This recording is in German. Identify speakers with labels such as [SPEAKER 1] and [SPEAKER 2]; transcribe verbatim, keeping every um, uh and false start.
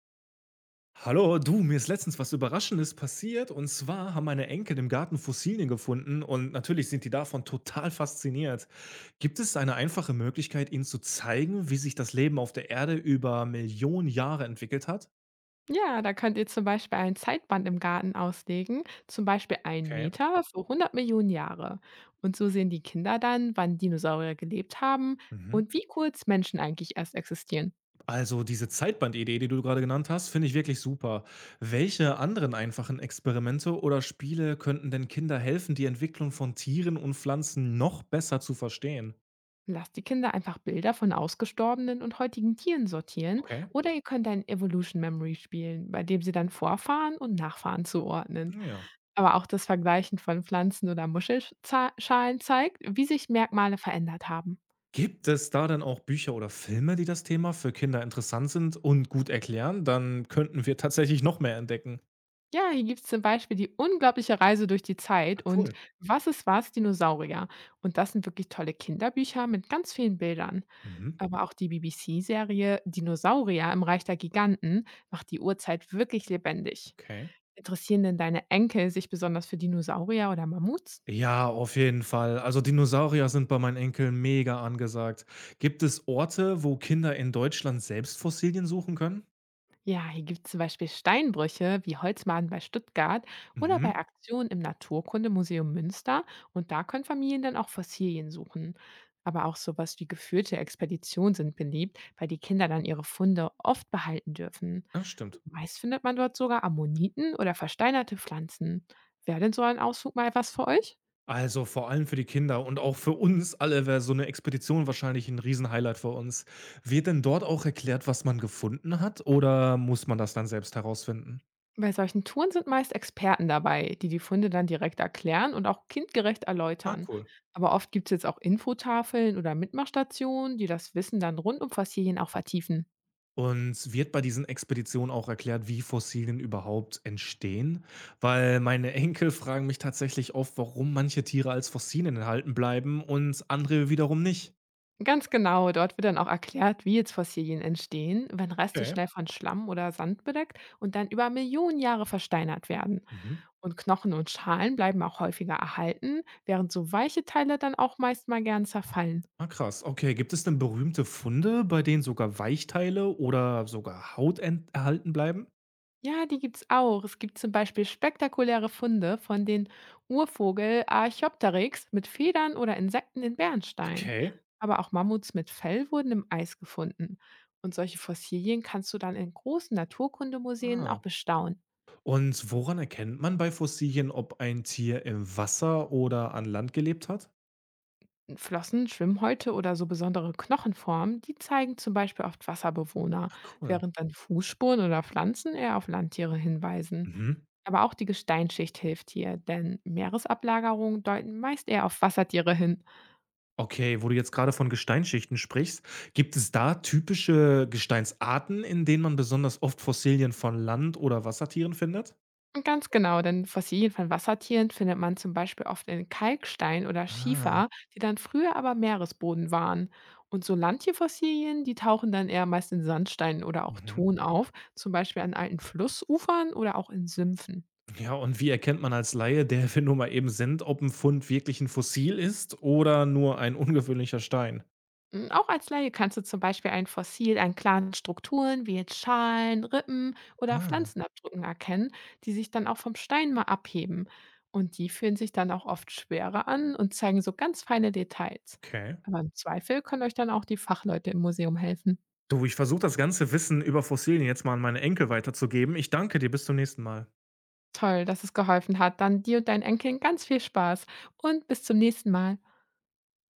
[SPEAKER 1] Hallo, du, mir ist letztens was Überraschendes passiert. Und zwar haben meine Enkel im Garten Fossilien gefunden und natürlich sind die davon total fasziniert. Gibt es eine einfache Möglichkeit, ihnen zu zeigen, wie sich das Leben auf der Erde über Millionen Jahre entwickelt hat?
[SPEAKER 2] Ja, da könnt ihr zum Beispiel ein Zeitband im Garten auslegen, zum Beispiel einen
[SPEAKER 1] Okay.
[SPEAKER 2] Meter für hundert Millionen Jahre. Und so sehen die Kinder dann, wann Dinosaurier gelebt haben
[SPEAKER 1] Mhm.
[SPEAKER 2] und wie kurz Menschen eigentlich erst existieren.
[SPEAKER 1] Also diese Zeitbandidee, die du gerade genannt hast, finde ich wirklich super. Welche anderen einfachen Experimente oder Spiele könnten denn Kinder helfen, die Entwicklung von Tieren und Pflanzen noch besser zu verstehen?
[SPEAKER 2] Lasst die Kinder einfach Bilder von ausgestorbenen und heutigen Tieren sortieren
[SPEAKER 1] Okay.
[SPEAKER 2] oder ihr könnt ein Evolution Memory spielen, bei dem sie dann Vorfahren und Nachfahren zuordnen.
[SPEAKER 1] Ja.
[SPEAKER 2] Aber auch das Vergleichen von Pflanzen oder Muschelschalen zeigt, wie sich Merkmale verändert haben.
[SPEAKER 1] Gibt es da denn auch Bücher oder Filme, die das Thema für Kinder interessant sind und gut erklären? Dann könnten wir tatsächlich noch mehr entdecken.
[SPEAKER 2] Ja, hier gibt's zum Beispiel die unglaubliche Reise durch die Zeit
[SPEAKER 1] Ah,
[SPEAKER 2] und
[SPEAKER 1] cool.
[SPEAKER 2] was ist was, Dinosaurier? Und das sind wirklich tolle Kinderbücher mit ganz vielen Bildern.
[SPEAKER 1] Mhm.
[SPEAKER 2] Aber auch die B B C-Serie Dinosaurier im Reich der Giganten macht die Urzeit wirklich lebendig.
[SPEAKER 1] Okay.
[SPEAKER 2] Interessieren denn deine Enkel sich besonders für Dinosaurier oder Mammuts?
[SPEAKER 1] Ja, auf jeden Fall. Also Dinosaurier sind bei meinen Enkeln mega angesagt. Gibt es Orte, wo Kinder in Deutschland selbst Fossilien suchen können?
[SPEAKER 2] Ja, hier gibt es zum Beispiel Steinbrüche wie Holzmaden bei Stuttgart oder bei
[SPEAKER 1] Mhm.
[SPEAKER 2] Aktionen im Naturkundemuseum Münster. Und da können Familien dann auch Fossilien suchen. Aber auch sowas wie geführte Expeditionen sind beliebt, weil die Kinder dann ihre Funde oft behalten dürfen.
[SPEAKER 1] Ja, stimmt.
[SPEAKER 2] Und meist findet man dort sogar Ammoniten oder versteinerte Pflanzen. Wäre denn so ein Ausflug mal was für euch?
[SPEAKER 1] Also vor allem für die Kinder und auch für uns alle wäre so eine Expedition wahrscheinlich ein Riesenhighlight für uns. Wird denn dort auch erklärt, was man gefunden hat oder muss man das dann selbst herausfinden?
[SPEAKER 2] Bei solchen Touren sind meist Experten dabei, die die Funde dann direkt erklären und auch kindgerecht
[SPEAKER 1] Ah,
[SPEAKER 2] erläutern.
[SPEAKER 1] cool.
[SPEAKER 2] Aber oft gibt es jetzt auch Infotafeln oder Mitmachstationen, die das Wissen dann rund um Fossilien auch vertiefen.
[SPEAKER 1] Und wird bei diesen Expeditionen auch erklärt, wie Fossilien überhaupt entstehen, weil meine Enkel fragen mich tatsächlich oft, warum manche Tiere als Fossilien erhalten bleiben und andere wiederum nicht.
[SPEAKER 2] Ganz genau, dort wird dann auch erklärt, wie jetzt Fossilien entstehen, wenn Reste
[SPEAKER 1] Okay.
[SPEAKER 2] schnell von Schlamm oder Sand bedeckt und dann über Millionen Jahre versteinert werden.
[SPEAKER 1] Mhm.
[SPEAKER 2] Und Knochen und Schalen bleiben auch häufiger erhalten, während so weiche Teile dann auch meist mal gern zerfallen.
[SPEAKER 1] Ah, krass. Okay, gibt es denn berühmte Funde, bei denen sogar Weichteile oder sogar Haut ent- erhalten bleiben?
[SPEAKER 2] Ja, die gibt's auch. Es gibt zum Beispiel spektakuläre Funde von den Urvogel Archaeopteryx mit Federn oder Insekten in Bernstein.
[SPEAKER 1] Okay.
[SPEAKER 2] Aber auch Mammuts mit Fell wurden im Eis gefunden. Und solche Fossilien kannst du dann in großen Naturkundemuseen
[SPEAKER 1] Ah.
[SPEAKER 2] auch bestaunen.
[SPEAKER 1] Und woran erkennt man bei Fossilien, ob ein Tier im Wasser oder an Land gelebt hat?
[SPEAKER 2] Flossen, Schwimmhäute oder so besondere Knochenformen, die zeigen zum Beispiel oft Wasserbewohner,
[SPEAKER 1] Ah, cool.
[SPEAKER 2] während dann Fußspuren oder Pflanzen eher auf Landtiere hinweisen.
[SPEAKER 1] Mhm.
[SPEAKER 2] Aber auch die Gesteinsschicht hilft hier, denn Meeresablagerungen deuten meist eher auf Wassertiere hin.
[SPEAKER 1] Okay, wo du jetzt gerade von Gesteinsschichten sprichst, gibt es da typische Gesteinsarten, in denen man besonders oft Fossilien von Land oder Wassertieren findet?
[SPEAKER 2] Und ganz genau, denn Fossilien von Wassertieren findet man zum Beispiel oft in Kalkstein oder
[SPEAKER 1] Ah,
[SPEAKER 2] Schiefer, die dann früher aber Meeresboden waren. Und so Landtierfossilien, die tauchen dann eher meist in Sandsteinen oder auch
[SPEAKER 1] mhm.
[SPEAKER 2] Ton auf, zum Beispiel an alten Flussufern oder auch in Sümpfen.
[SPEAKER 1] Ja, und wie erkennt man als Laie, der wir nun mal eben sind, ob ein Fund wirklich ein Fossil ist oder nur ein ungewöhnlicher Stein?
[SPEAKER 2] Hm, auch als Laie kannst du zum Beispiel ein Fossil an klaren Strukturen wie jetzt Schalen, Rippen oder
[SPEAKER 1] Ah,
[SPEAKER 2] Pflanzenabdrücken erkennen, die sich dann auch vom Stein mal abheben. Und die fühlen sich dann auch oft schwerer an und zeigen so ganz feine Details.
[SPEAKER 1] okay.
[SPEAKER 2] Aber im Zweifel können euch dann auch die Fachleute im Museum helfen.
[SPEAKER 1] Du, ich versuche das ganze Wissen über Fossilien jetzt mal an meine Enkel weiterzugeben. Ich danke dir, bis zum nächsten Mal.
[SPEAKER 2] Toll, dass es geholfen hat. Dann dir und deinen Enkeln ganz viel Spaß und bis zum nächsten Mal.